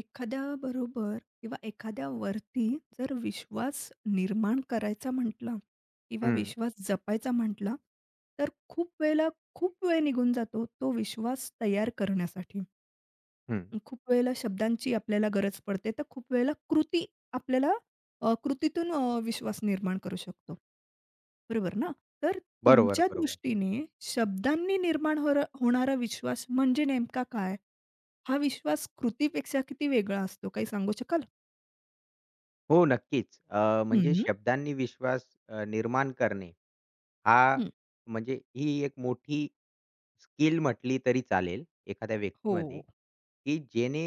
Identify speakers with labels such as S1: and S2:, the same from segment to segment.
S1: एखाद्याबरोबर किंवा एखाद्यावरती जर विश्वास निर्माण करायचा म्हटला किंवा
S2: हं,
S1: विश्वास जपायचा म्हटला, तर खूप वेळेला खूप वेळ निघून जातो तो विश्वास तयार करण्यासाठी.
S2: हं.
S1: खूप वेळेला शब्दांची आपल्याला गरज पडते, तर खूप वेळेला कृती आपल्याला कृतीतून विश्वास निर्माण करू शकतो. बरोबर ना? तर
S2: बरोबर,
S1: तुमच्या
S2: बरोबर.
S1: दृष्टीने शब्दांनी निर्माण होणारा विश्वास म्हणजे नेमका काय? हा विश्वास कृतीपेक्षा किती वेगळा असतो काही सांगू शकाल?
S2: हो, नक्कीच. म्हणजे
S1: हं,
S2: शब्दांनी विश्वास निर्माण करणे हा
S1: हं.
S2: म्हणजे ही एक मोठी स्किल म्हटली तरी चालेल एखाद्या
S1: हो.
S2: व्यक्तीमध्ये, की जेणे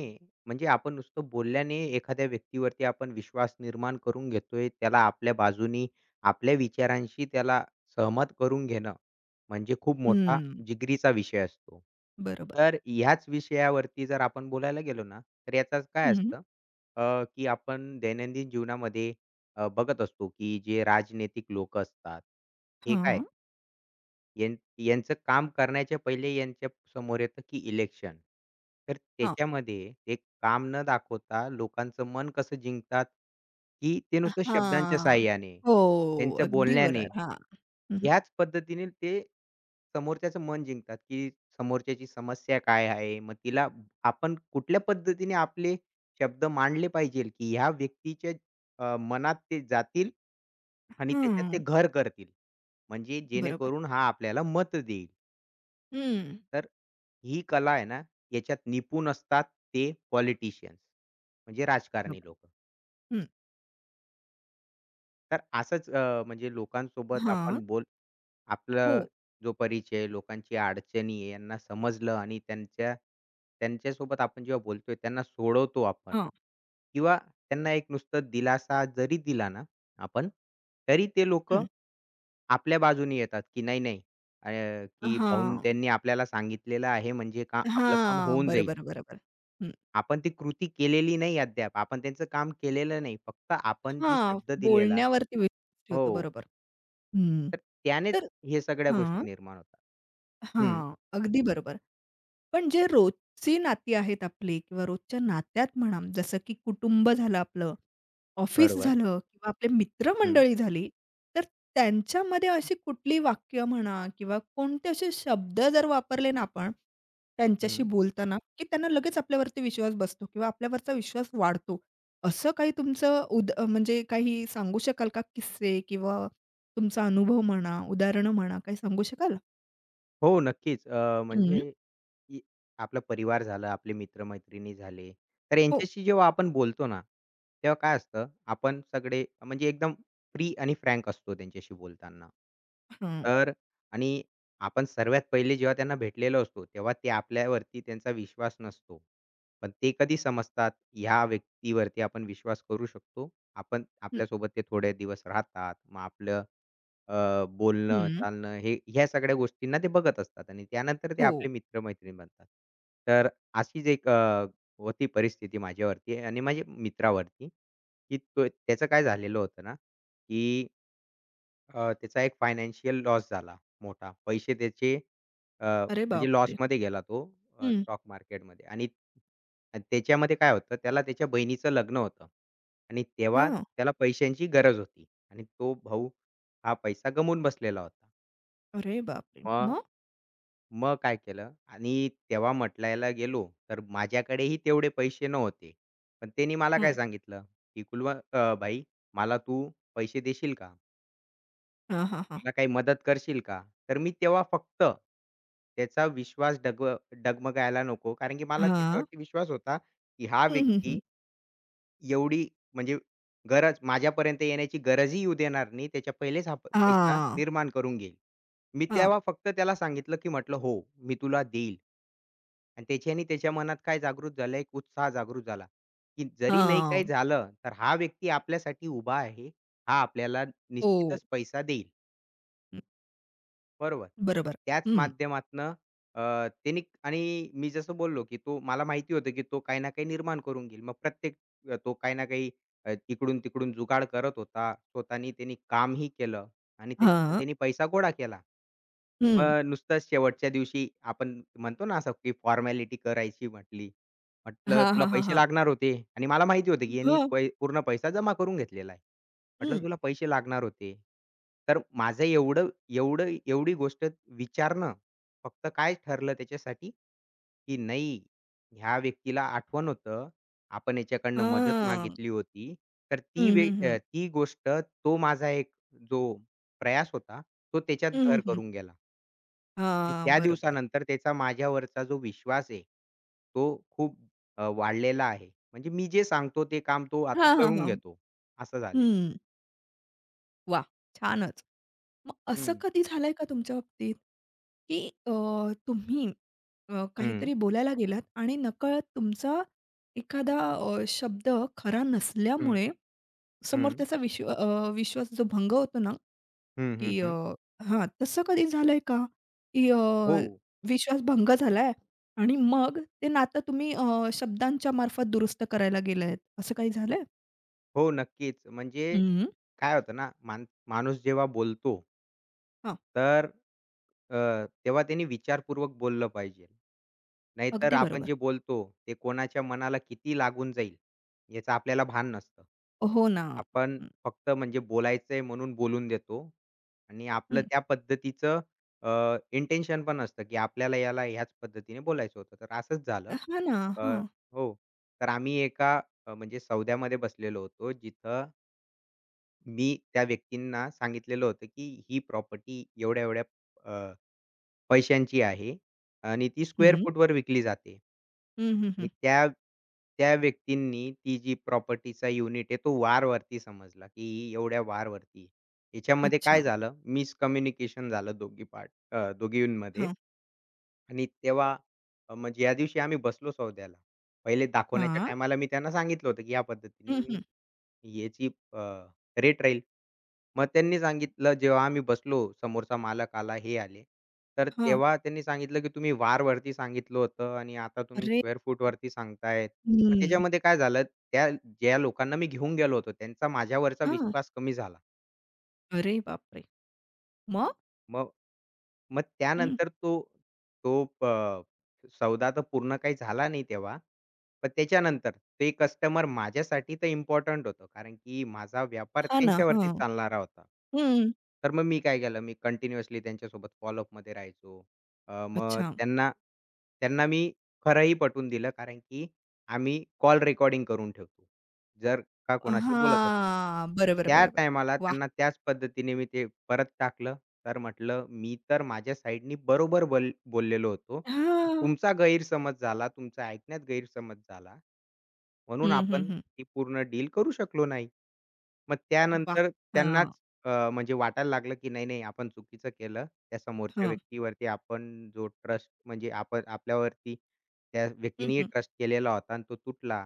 S2: म्हणजे आपण नुसतं बोलल्याने एखाद्या व्यक्तीवरती आपण विश्वास निर्माण करून घेतोय, त्याला आपल्या बाजूनी, आपल्या विचारांशी त्याला सहमत करून घेणं म्हणजे खूप मोठा
S1: हं.
S2: जिगरीचा विषय असतो.
S1: बरोबर.
S2: तर ह्याच विषयावरती जर आपण बोलायला गेलो ना, तर याचाच काय
S1: हं.
S2: असतं, की आपण दैनंदिन जीवनामध्ये बघत असतो, की जे राजनैतिक लोकं असतात, हे काय
S1: हां.
S2: यां यांचं काम करण्याच्या पहिले यांच्या समोर येतं, की इलेक्शन. तर
S1: हां.
S2: त्याच्यामध्ये ते काम न दाखवता लोकांचं मन कसं जिंकतात, की ते नुसतं शब्दांच्या
S1: हां.
S2: साहाय्याने,
S1: हो.
S2: त्यांच्या
S1: अगदी
S2: बोलण्याने.
S1: बरोबर. हां. हं, हं.
S2: याच पद्धतीने ते समोरच्याचं मन जिंकतात, की समोरच्याची समस्या काय आहे? मग तिला आपण कुठल्या पद्धतीने आपले शब्द मांडले पाहिजेल, की ह्या व्यक्तीच्या मनात ते जातील आणि त्याच्यात ते
S1: हं.
S2: घर करतील. म्हणजे
S1: बरोबर.
S2: जेणेकरून हा आपल्याला मतं देईल.
S1: हं.
S2: तर ही कला आहे ना, याच्यात निपुण असतात ते पॉलिटिशियन्स म्हणजे राजकारणी
S1: बरोबर.
S2: लोकं.
S1: हं.
S2: तर असंच म्हणजे लोकांसोबत
S1: हां.
S2: आपण बोल आपला
S1: हो.
S2: जो परिचय, लोकांची अडचणी आहे, यांना समजलं आणि त्यांच्यासोबत आपण जेव्हा बोलतोय, त्यांना सोडवतो आपण
S1: हां.
S2: किंवा त्यांना एक नुसतं दिलासा जरी दिला ना आपण, तरी ते लोकं
S1: हं.
S2: आपल्या बाजूने येतात, की नाही, नाही अ, की भाऊन
S1: हां.
S2: त्यांनी आपल्याला सांगितलेलं आहे, म्हणजे का आपलं काम
S1: हां.
S2: होऊन जाईल.
S1: बरोबर, बरोबर. हं.
S2: आपण ती कृती केलेली नाही अद्याप. आपण त्यांचं काम केलेलं नाही. फक्त आपण जे
S1: हां.
S2: शब्द दिलेला
S1: बोलण्यावरती विश्वास ठेवतो.
S2: हो,
S1: बरोबर. हं.
S2: तर त्यानेच
S1: तर
S2: हे सगळ्या
S1: हां.
S2: गोष्टी निर्माण होतात. हं,
S1: हां. अगदी बरोबर. पण जे रोजची नाती आहेत आपली किंवा रोजच्या नात्यात म्हणा, जसं की कुटुंब झालं आपलं, ऑफिस
S2: बरोबर.
S1: झालं किंवा आपले
S2: हं.
S1: मित्रमंडळी झाली, तर त्यांच्यामध्ये अशी कुठली वाक्य म्हणा किंवा कोणते असे शब्द जर वापरले ना आपण, त्यांच्याशी
S2: हं.
S1: बोलताना, की त्यांना लगेच आपल्यावरती विश्वास बसतो किंवा आपल्यावरचा विश्वास वाढतो. असं काही तुमचं म्हणजे काही सांगू शकाल का किस्से किंवा तुमचा अनुभव म्हणा, उदाहरणं म्हणा, काही सांगू शकाल?
S2: हो, नक्कीच.
S1: हं.
S2: म्हणजे की आपला परिवार झाला, आपले मित्र-मैत्रिणी झाले, तर
S1: हो.
S2: यांच्याशी जेव्हा आपण बोलतो ना, तेव्हा काय असतं, आपण सगळे म्हणजे एकदम फ्री आणि फ्रँक असतो त्यांच्याशी बोलताना.
S1: हं.
S2: तर आणि आपण सर्वात पहिले जेव्हा त्यांना भेटलेलो असतो, तेव्हा ते आपल्यावरती त्यांचा विश्वास नसतो. पण ते कधी समजतात, ह्या व्यक्तीवरती आपण विश्वास करू शकतो. आपण आपल्यासोबत ते थोडे दिवस राहतात. मग आपलं
S1: हं,
S2: बोलणं,
S1: हं.
S2: चालणं हे ह्या सगळ्या गोष्टींना ते बघत असतात आणि त्यानंतर ते
S1: हो.
S2: आपले मित्र-मैत्रीण बनतात. तर अशीच एक होती परिस्थिती माझ्यावरती आणि माझ्या मित्रावरती, की तो त्याचं काय झालेलं होतं ना, की त्याचा एक फायनान्शियल लॉस झाला मोठा. पैसे त्याचे
S1: अरे
S2: म्हणजे
S1: बापरे!
S2: लॉसमध्ये गेला तो
S1: हं.
S2: स्टॉक मार्केटमध्ये आणि आणि त्याच्यामध्ये काय होतं, त्याला त्याच्या बहिणीचं लग्न होतं आणि तेव्हा
S1: हां.
S2: त्याला पैशांची गरज होती आणि तो भाऊ हा पैसा गमावून बसलेला होता.
S1: अरे बापरे!
S2: मग
S1: मग?
S2: मग काय केलं आणि तेव्हा म्हटलायला गेलो, तर माझ्याकडेही तेवढे पैसे नव्हते. पण त्यांनी मला काय
S1: हं.
S2: सांगितलं, की "कुलवा भाई मला तू पैसे देशील का?"
S1: हां, हां, हां.
S2: मला काही मदत करशील का? तर मी तेव्हा फक्त त्याचा विश्वास डगमगायला नको. कारण की मला
S1: हां.
S2: त्याच्यावरती विश्वास होता, की हा
S1: हं, हं, हं.
S2: व्यक्ती एवढी म्हणजे गरज माझ्यापर्यंत येण्याची गरजही येऊ देणार नाही. त्याच्या पहिलेच हा पैसा
S1: हां,
S2: निर्माण करून घेईल. मी
S1: हां,
S2: तेव्हा फक्त त्याला सांगितलं, की म्हटलं, "हो, मी तुला देईल." आणि त्याच्याने त्याच्या मनात काय जागृत झालं, एक उत्साह जागृत झाला, की जरी नाही काही
S1: हां.
S2: झालं, तर हा व्यक्ती आपल्यासाठी उभा आहे. हा आपल्याला
S1: हो.
S2: निश्चितच पैसा देईल.
S1: हं.
S2: बरोबर.
S1: बरोबर.
S2: त्याच
S1: हं.
S2: माध्यमातनं अ, त्यांनी आणि मी जसं बोललो, की तो मला माहिती होतं, की तो काही ना काही निर्माण करून घेईल. मग प्रत्येक तो काही ना काही इकडून-तिकडून जुगाड करत होता. स्वतःनी त्यांनी कामही केलं आणि त्याच्यातनं
S1: हां.
S2: त्यांनी पैसा गोळा केला.
S1: हं.
S2: मग नुसतं शेवटच्या दिवशी आपण म्हणतो ना असं की फॉर्मॅलिटी करायची म्हटली. म्हटलं
S1: हां,
S2: तुला
S1: हां, हां,
S2: पैसे
S1: हां.
S2: लागणार होते आणि मला माहिती होतं की यांनी
S1: हां.
S2: पूर्ण पैसा जमा करून घेतलेला आहे. म्हटलं
S1: हं.
S2: तुला पैसे लागणार होते. तर माझं एवढं एवढं एवढी गोष्ट विचारणं फक्त काय ठरलं त्याच्यासाठी, की नाही ह्या व्यक्तीला आठवण होतं, आपण याच्याकडनं मदत
S1: हां.
S2: मागितली होती. तर
S1: हं, हं, हं.
S2: ती गोष्ट तो माझा एक जो प्रयास होता, तो त्याच्यात
S1: हं, हं,
S2: घर
S1: हं.
S2: करून गेला. आणि
S1: हां,
S2: त्या
S1: बरोबर.
S2: दिवसानंतर त्याचा माझ्यावरचा जो विश्वास आहे, तो खूप वाढलेला आहे. म्हणजे मी जे सांगतो ते काम तो आता
S1: हां, हां,
S2: करून
S1: हां.
S2: घेतो. असं झालेलं आहे.
S1: हं. वाह! छानच. मग असं
S2: हं.
S1: कधी झालंय का तुमच्या बाबतीत, की तुम्ही
S2: हं,
S1: काहीतरी बोलायला गेलात आणि नकळत तुमचा एखादा शब्द खरा
S2: हं,
S1: नसल्यामुळे
S2: हं,
S1: समोर त्याचा विश्वास जो भंग होतो ना,
S2: हं, हं,
S1: की
S2: हं.
S1: हां, तसं कधी झालंय का? की
S2: हो,
S1: विश्वास भंग झालाय आणि मग ते नातं तुम्ही शब्दांच्या मार्फत दुरुस्त करायला गेलायत, असं काही झालंय?
S2: हो, नक्कीच. म्हणजे
S1: हं,
S2: काय होतं ना, मान माणूस जेव्हा बोलतो
S1: हां,
S2: तर अ, तेव्हा त्यांनी विचारपूर्वक बोललं पाहिजे. नाहीतर
S1: अगदी
S2: आपण
S1: बरोबर.
S2: जे बोलतो ते कोणाच्या मनाला किती लागून जाईल याचं आपल्याला भान नसतं.
S1: हो ना.
S2: आपण
S1: हं,
S2: फक्त म्हणजे बोलायचंय म्हणून बोलून देतो आणि आपलं
S1: हं.
S2: त्या पद्धतीचं इंटेन्शन पण असतं, की आपल्याला याला ह्याच पद्धतीने बोलायचं होतं. तर असंच झालं.
S1: हां ना.
S2: अ,
S1: हां.
S2: हो. तर आम्ही एका म्हणजे सौद्यामध्ये बसलेलो होतो जिथं मी त्या व्यक्तींना सांगितलेलं होतं, की ही प्रॉपर्टी एवढ्या-एवढ्या अ, पैशांची आहे आणि ती स्क्वेअर
S1: हं.
S2: फूटवर विकली जाते.
S1: हं, हं, हं.
S2: आणि त्या त्या व्यक्तींनी ती जी प्रॉपर्टीचा युनिट आहे तो वारवरती समजला, की ही एवढ्या वारवरती आहे. याच्यामध्ये
S1: अच्छा.
S2: काय झालं मिसकम्युनिकेशन झालं दोघींमध्ये
S1: हां.
S2: आणि तेव्हा म्हणजे या दिवशी आम्ही बसलो सौद्याला. पहिले दाखवण्याच्या
S1: हां.
S2: टायमाला मी त्यांना सांगितलं होतं, की या पद्धतीने
S1: हं,
S2: मी
S1: हं.
S2: याची रेट राहील. मग त्यांनी सांगितलं जेव्हा आम्ही बसलो, समोरचा मालक आला, हे आले. तर
S1: हां.
S2: तेव्हा त्यांनी सांगितलं, की तुम्ही वारवरती सांगितलं होतं आणि आता तुम्ही
S1: अरे!
S2: स्क्वेअर फूटवरती सांगताय. मग
S1: हं.
S2: त्याच्यामध्ये काय झालं, त्या ज्या लोकांना मी घेऊन गेलो होतो त्यांचा माझ्यावरचा
S1: हां.
S2: विश्वास कमी झाला.
S1: अरे बापरे! मग?
S2: मग मग
S1: हं.
S2: त्यानंतर तो तो प सौदा तर पूर्ण काही झाला नाही तेव्हा. पण त्याच्यानंतर ते कस्टमर माझ्यासाठी तर इम्पोर्टंट होतं. कारण की माझा व्यापार
S1: हां ना. हां.
S2: त्यांच्यावरती चालणारा होता.
S1: हं.
S2: तर मग मी काय केलं, मी कंटिन्युअसली त्यांच्यासोबत फॉलोअपमध्ये राहायचो. मग
S1: अच्छा.
S2: त्यांना त्यांना मी खरंही पटवून दिलं. कारण की आम्ही कॉल रेकॉर्डिंग करून ठेवतो. जर का कोणाशी बोलत असणार.
S1: हां.
S2: तर
S1: बरं,
S2: त्या
S1: बरं,
S2: टायमाला
S1: वाह!
S2: त्यांना त्याच पद्धतीने मी ते परत टाकलं तर म्हटलं, "मी तर माझ्या साइडनी बरोबर बोललेलो होतो. पण
S1: हां.
S2: तुमचा गैरसमज झाला, तुमचा ऐकण्यात गैरसमज झाला, म्हणून
S1: हं, हं,
S2: आपण
S1: हं.
S2: ही पूर्ण डील करू शकलो नाही." मग
S1: वाह!
S2: त्यानंतर
S1: हां.
S2: त्यांनाच म्हणजे वाटायला लागलं, की नाही, नाही, आपण चुकीचं केलं. त्या समोरच्या
S1: हां.
S2: व्यक्तीवरती आपण जो ट्रस्ट म्हणजे आपण आपल्यावरती त्या
S1: हं,
S2: व्यक्तीनेही
S1: हं.
S2: ट्रस्ट केलेला होता आणि तो तुटला.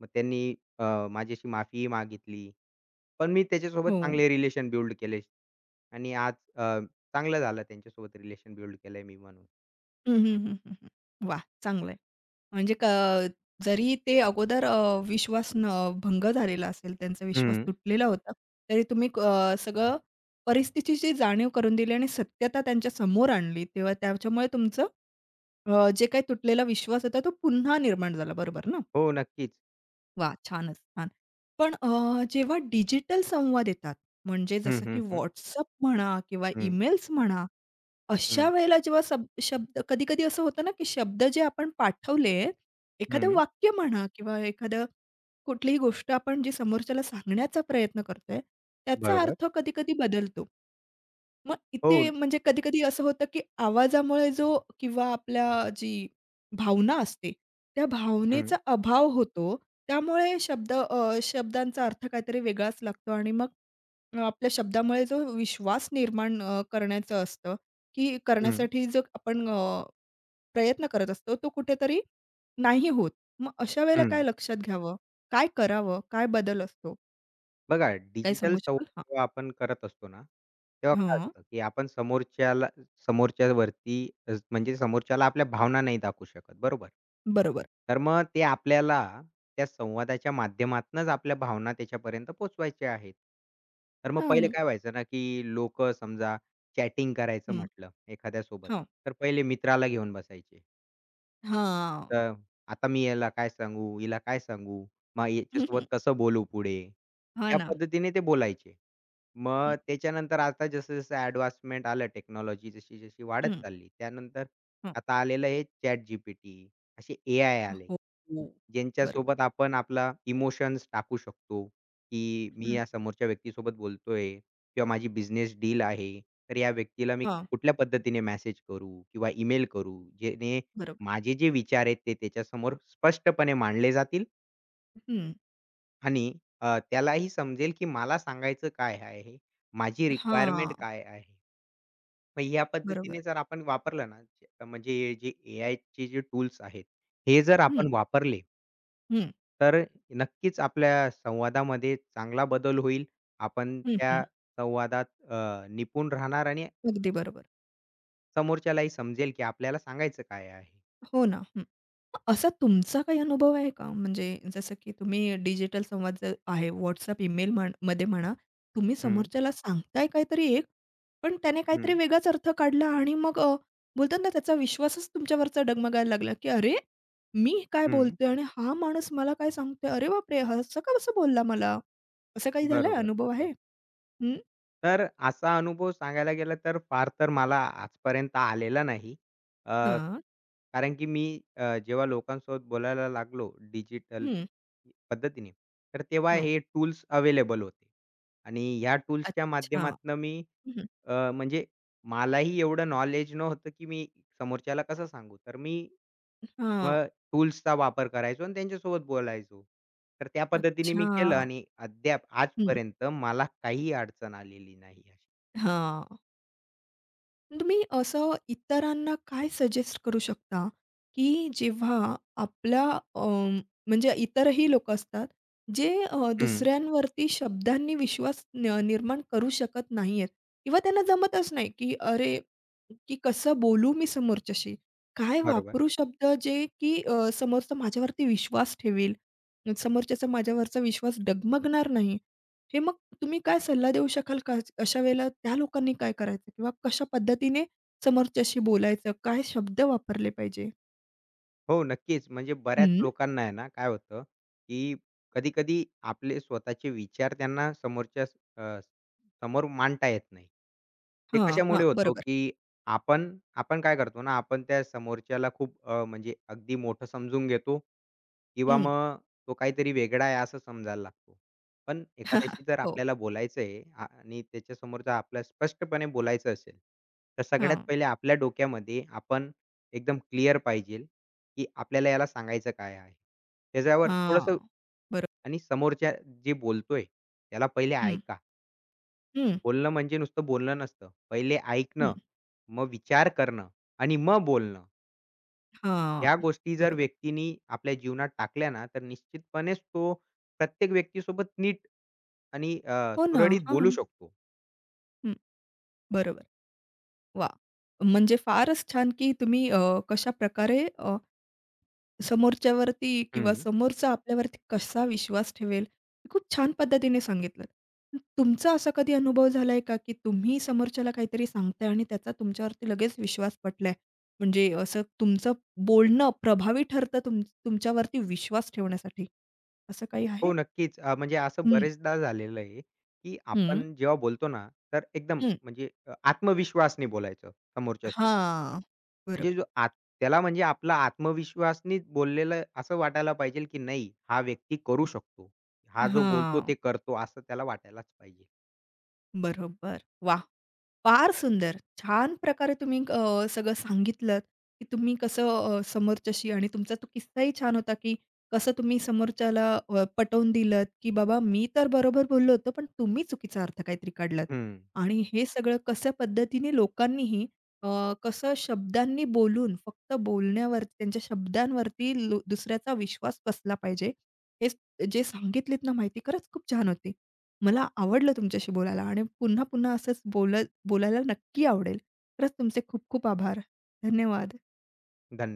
S2: मग त्यांनी अ, माझ्याशी माफीही मागितली. पण मी त्याच्यासोबत
S1: हो.
S2: चांगले रिलेशन बिल्ड केले आणि आज चांगलं झालं त्यांच्यासोबत रिलेशन बिल्ड केलंय मी म्हणून.
S1: हं, हं, हं, हं, हं. वाह! चांगलं आहे. म्हणजे जरी ते अगोदर विश्वास भंग झालेला असेल, त्यांचा विश्वास
S2: हं.
S1: तुटलेला होता, तरी तुम्ही सगळं परिस्थितीची जाणीव करून दिली आणि सत्यता त्यांच्या समोर आणली. तेव्हा त्याच्यामुळे तुमचं जे काही तुटलेला विश्वास होता, तो पुन्हा निर्माण झाला. बरोबर ना?
S2: हो, नक्कीच.
S1: वाह! छानच छान. पण जेव्हा डिजिटल संवाद येतात, म्हणजे
S2: हं,
S1: जसं की
S2: हं, हं.
S1: WhatsApp म्हणा किंवा
S2: हं,
S1: ईमेल्स म्हणा अशा
S2: हं,
S1: वेळेला जेव्हा शब्द कधी-कधी असं होतं ना, की शब्द जे आपण पाठवले, एखादं
S2: हं.
S1: वाक्य म्हणा किंवा एखादं कुठलीही गोष्ट आपण जी समोरच्याला सांगण्याचा प्रयत्न करतोय, त्याचा
S2: बरोबर.
S1: अर्थ कधी-कधी बदलतो. मग इथे
S2: हो.
S1: म्हणजे कधी-कधी असं होतं, की आवाजामुळे जो किंवा आपल्या जी भावना असते, त्या
S2: हं,
S1: भावनेचा अभाव होतो. त्यामुळे शब्दांचा अर्थ काहीतरी वेगळाच लागतो आणि मग आपल्या शब्दामुळे जो विश्वास करण्याचं असतं, की
S2: हं,
S1: करण्यासाठी जो आपण प्रयत्न करत असतो, तो कुठेतरी नाही होत. मग अशा वेळेला
S2: हं.
S1: काय लक्षात घ्यावं? काय करावं? काय बदल असतो?
S2: बघा,
S1: काय
S2: डिजिटल
S1: सांगू
S2: संवाद
S1: शकाल? हां.
S2: जेव्हा आपण करत असतो ना, तेव्हा काय
S1: हां.
S2: असतं, की आपण समोरच्याला समोरच्यावरती म्हणजे समोरच्याला आपल्या भावना नाही दाखवू शकत, बरोबर?
S1: बरोबर.
S2: तर मग ते आपल्याला त्या संवादाच्या माध्यमातूनच आपल्या भावना त्याच्यापर्यंत पोहोचवायच्या आहेत. तर मग पहिले
S1: हां.
S2: काय व्हायचं ना, की लोकं समजा चॅटिंग करायचं
S1: हं.
S2: म्हटलं एखाद्यासोबत,
S1: हां.
S2: तर पहिले मित्राला घेऊन बसायचे.
S1: हां.
S2: तर आता मी याला काय सांगू, हिला काय सांगू, मग याच्यासोबत कसं बोलू पुढे?
S1: हां
S2: या
S1: ना.
S2: पद्धतीने ते बोलायचे.
S1: हं,
S2: मग त्याच्यानंतर आता जसं-जसं ॲडव्हान्समेंट आलं टेक्नॉलॉजी जशी-जशी वाढत
S1: हं.
S2: चालली, त्यानंतर
S1: हं.
S2: आता आलेलं हे चॅट जीपीटी, असे एआय आले.
S1: हो, हो. बरोबर.
S2: ज्यांच्यासोबत आपण आपला इमोशन्स टाकू शकतो, की मी
S1: हं.
S2: या समोरच्या व्यक्तीसोबत बोलतोय किंवा माझी बिझनेस डील आहे. तर या व्यक्तीला मी
S1: हां.
S2: कुठल्या पद्धतीने मेसेज करू किंवा ईमेल करू, जेणे
S1: बरोबर.
S2: माझे जे विचार आहेत ते त्याच्यासमोर स्पष्टपणे मांडले जातील
S1: हं.
S2: आणि त्यालाही समजेल, की मला सांगायचं काय आहे, माझी
S1: हां.
S2: रिक्वायरमेंट काय आहे. मग या
S1: बरोबर.
S2: पद्धतीने जर आपण वापरलं ना, जे- म्हणजे हे जे एआयचे जे टूल्स आहेत, हे जर
S1: हं,
S2: आपण वापरले,
S1: हं.
S2: तर नक्कीच आपल्या संवादामध्ये चांगला बदल होईल. आपण
S1: हं, हं.
S2: त्या संवादात निपुण राहणार आणि
S1: अगदी बरोबर.
S2: समोरच्यालाही समजेल, की आपल्याला सांगायचं काय आहे.
S1: हो ना. हं. असा तुमचा काही अनुभव आहे का? म्हणजे जसं की तुम्ही डिजिटल संवाद जो आहे WhatsApp, ईमेल म्हण मध्ये म्हणा, तुम्ही
S2: हं,
S1: समोरच्याला सांगताय काहीतरी एक, पण त्याने काहीतरी
S2: हं,
S1: वेगळाच अर्थ काढला आणि मग बोलतात ना त्याचा विश्वासच तुमच्यावरचा डगमगायला लागला, की "अरे, मी काय
S2: हं.
S1: बोलतोय आणि हा माणूस मला काय सांगतोय? अरे बापरे! हा असं का कसं बोलला मला?" असं काही झालंय?
S2: बरोबर,
S1: अनुभव आहे?
S2: बरोबर.
S1: हं.
S2: तर असा अनुभव सांगायला गेला तर फार तर मला आजपर्यंत आलेला नाही. अ,
S1: हां.
S2: कारण की मी जेव्हा लोकांसोबत बोलायला लागलो डिजिटल
S1: हं,
S2: पद्धतीने, तर तेव्हा
S1: हं.
S2: हे टूल्स अवेलेबल होते. आणि ह्या टूल्सच्या
S1: अच्छा.
S2: माध्यमातनं मी
S1: हं, हं.
S2: म्हणजे मलाही एवढं नॉलेज नव्हतं, की मी समोरच्याला कसं सांगू? तर मी मग टूल्सचा वापर करायचो आणि त्यांच्यासोबत बोलायचो. तर त्या पद्धतीने मी
S1: अच्छा.
S2: केलं आणि अद्याप
S1: हं.
S2: आजपर्यंत मला काही अडचण आलेली नाही अशी.
S1: हां. तुम्ही असं इतरांना काय सजेस्ट करू शकता, की जेव्हा आपला अ, म्हणजे इतरही लोकं असतात, जे
S2: हं.
S1: दुसऱ्यांवरती शब्दांनी विश्वास न निर्माण करू शकत नाहीयेत किंवा त्यांना जमतच नाही, की अरे, की कसं बोलू मी समोरच्याशी? काय
S2: बरोबर.
S1: वापरू शब्द जे की समोरचा माझ्यावरती विश्वास ठेवेल, समोरच्याचा माझ्यावरचा विश्वास डगमगणार नाही? हे मग तुम्ही काय सल्ला देऊ शकाल का? अशा वेळेला त्या लोकांनी काय करायचं किंवा कशा पद्धतीने समोरच्याशी बोलायचं? काय शब्द वापरले पाहिजे?
S2: हो, नक्कीच. म्हणजे बऱ्याच
S1: हं.
S2: लोकांना आहे ना, काय होतं, की कधी-कधी आपले स्वतःचे विचार त्यांना समोर मांडता येत नाही. ते
S1: हां, हां.
S2: कशामुळे होतो,
S1: बरोबर.
S2: की आपण आपण काय करतो ना, आपण त्या समोरच्याला खूप म्हणजे अगदी मोठं समजून घेतो किंवा
S1: हं.
S2: मग तो काहीतरी वेगळा आहे असं समजायला लागतो. पण एखाद्याशी जर
S1: हो.
S2: आपल्याला बोलायचं आहे आणि त्याच्यासमोर जर आपल्याला स्पष्टपणे बोलायचं असेल, तर सगळ्यात
S1: हां.
S2: पहिले आपल्या डोक्यामध्ये आपण एकदम क्लिअर पाहिजे की आपल्याला याला सांगायचं काय आहे? त्याच्यावर थोडंसं
S1: हां.
S2: आणि समोरच्या जे बोलतोय, त्याला पहिले
S1: हं,
S2: ऐका.
S1: हं,
S2: बोलणं म्हणजे नुसतं बोलणं नसतं. पहिले
S1: हं.
S2: ऐकणं, मग विचार करणं आणि मग बोलणं.
S1: हां.
S2: या गोष्टी जर
S1: बरोबर.
S2: व्यक्तीनी आपल्या जीवनात टाकल्या ना, तर निश्चितपणेच तो प्रत्येक व्यक्तीसोबत नीट आणि
S1: हो ना.
S2: सुरळीत
S1: हां.
S2: बोलू शकतो.
S1: हं. बरोबर. वाह! म्हणजे फारच छान की तुम्ही कशाप्रकारे समोरच्यावरती किंवा
S2: हं.
S1: समोरचा आपल्यावरती कसा विश्वास ठेवेल, हे खूप छान पद्धतीने सांगितलंत. तुमचा असा कधी अनुभव झालाय का, की तुम्ही समोरच्याला काहीतरी सांगताय आणि त्याचा तुमच्यावरती लगेच विश्वास पटलाय? म्हणजे असं तुमचं बोलणं प्रभावी ठरतं तुमच्यावरती विश्वास ठेवण्यासाठी, असं काही आहे?
S2: हो, नक्कीच. म्हणजे असं
S1: हं.
S2: बरेचदा झालेलं आहे, की
S1: हं.
S2: आपण जेव्हा बोलतो ना, तर एकदम
S1: हं.
S2: म्हणजे आत्मविश्वासाने बोलायचं समोरच्यासोबत.
S1: हां. बरोबर.
S2: म्हणजे जो आत त्याला म्हणजे आपला आत्मविश्वासनीच बोललेलं असं वाटायला पाहिजे, की नाही हा व्यक्ती करू शकतो. हा जो बोलतो
S1: हां.
S2: ते करतो असं त्याला वाटायलाच पाहिजे.
S1: बरोबर. वाह! फार सुंदर. छान प्रकारे तुम्ही सगळं सांगितलंत, की तुम्ही कसं समोरच्याशी आणि तुमचा तो किस्साही छान होता, की कसं तुम्ही समोरच्याला पटवून दिलत, की बाबा मी तर बरोबर बोललो होतो, पण तुम्ही चुकीचा अर्थ काहीतरी काढलात.
S2: हं.
S1: आणि हे सगळं कशा पद्धतीने लोकांनीही कसं शब्दांनी बोलून, फक्त बोलण्यावरती, त्यांच्या शब्दांवरती दुसऱ्याचा विश्वास बसला पाहिजे. जे सांगितलीत ना माहिती खरंच खूप छान होती. मला आवडलं तुमच्याशी बोलायला आणि पुन्हा-पुन्हा असंच बोलत बोलायला नक्की आवडेल. खरंच तुमचे खूप-खूप आभार. धन्यवाद.
S2: धन्यवाद.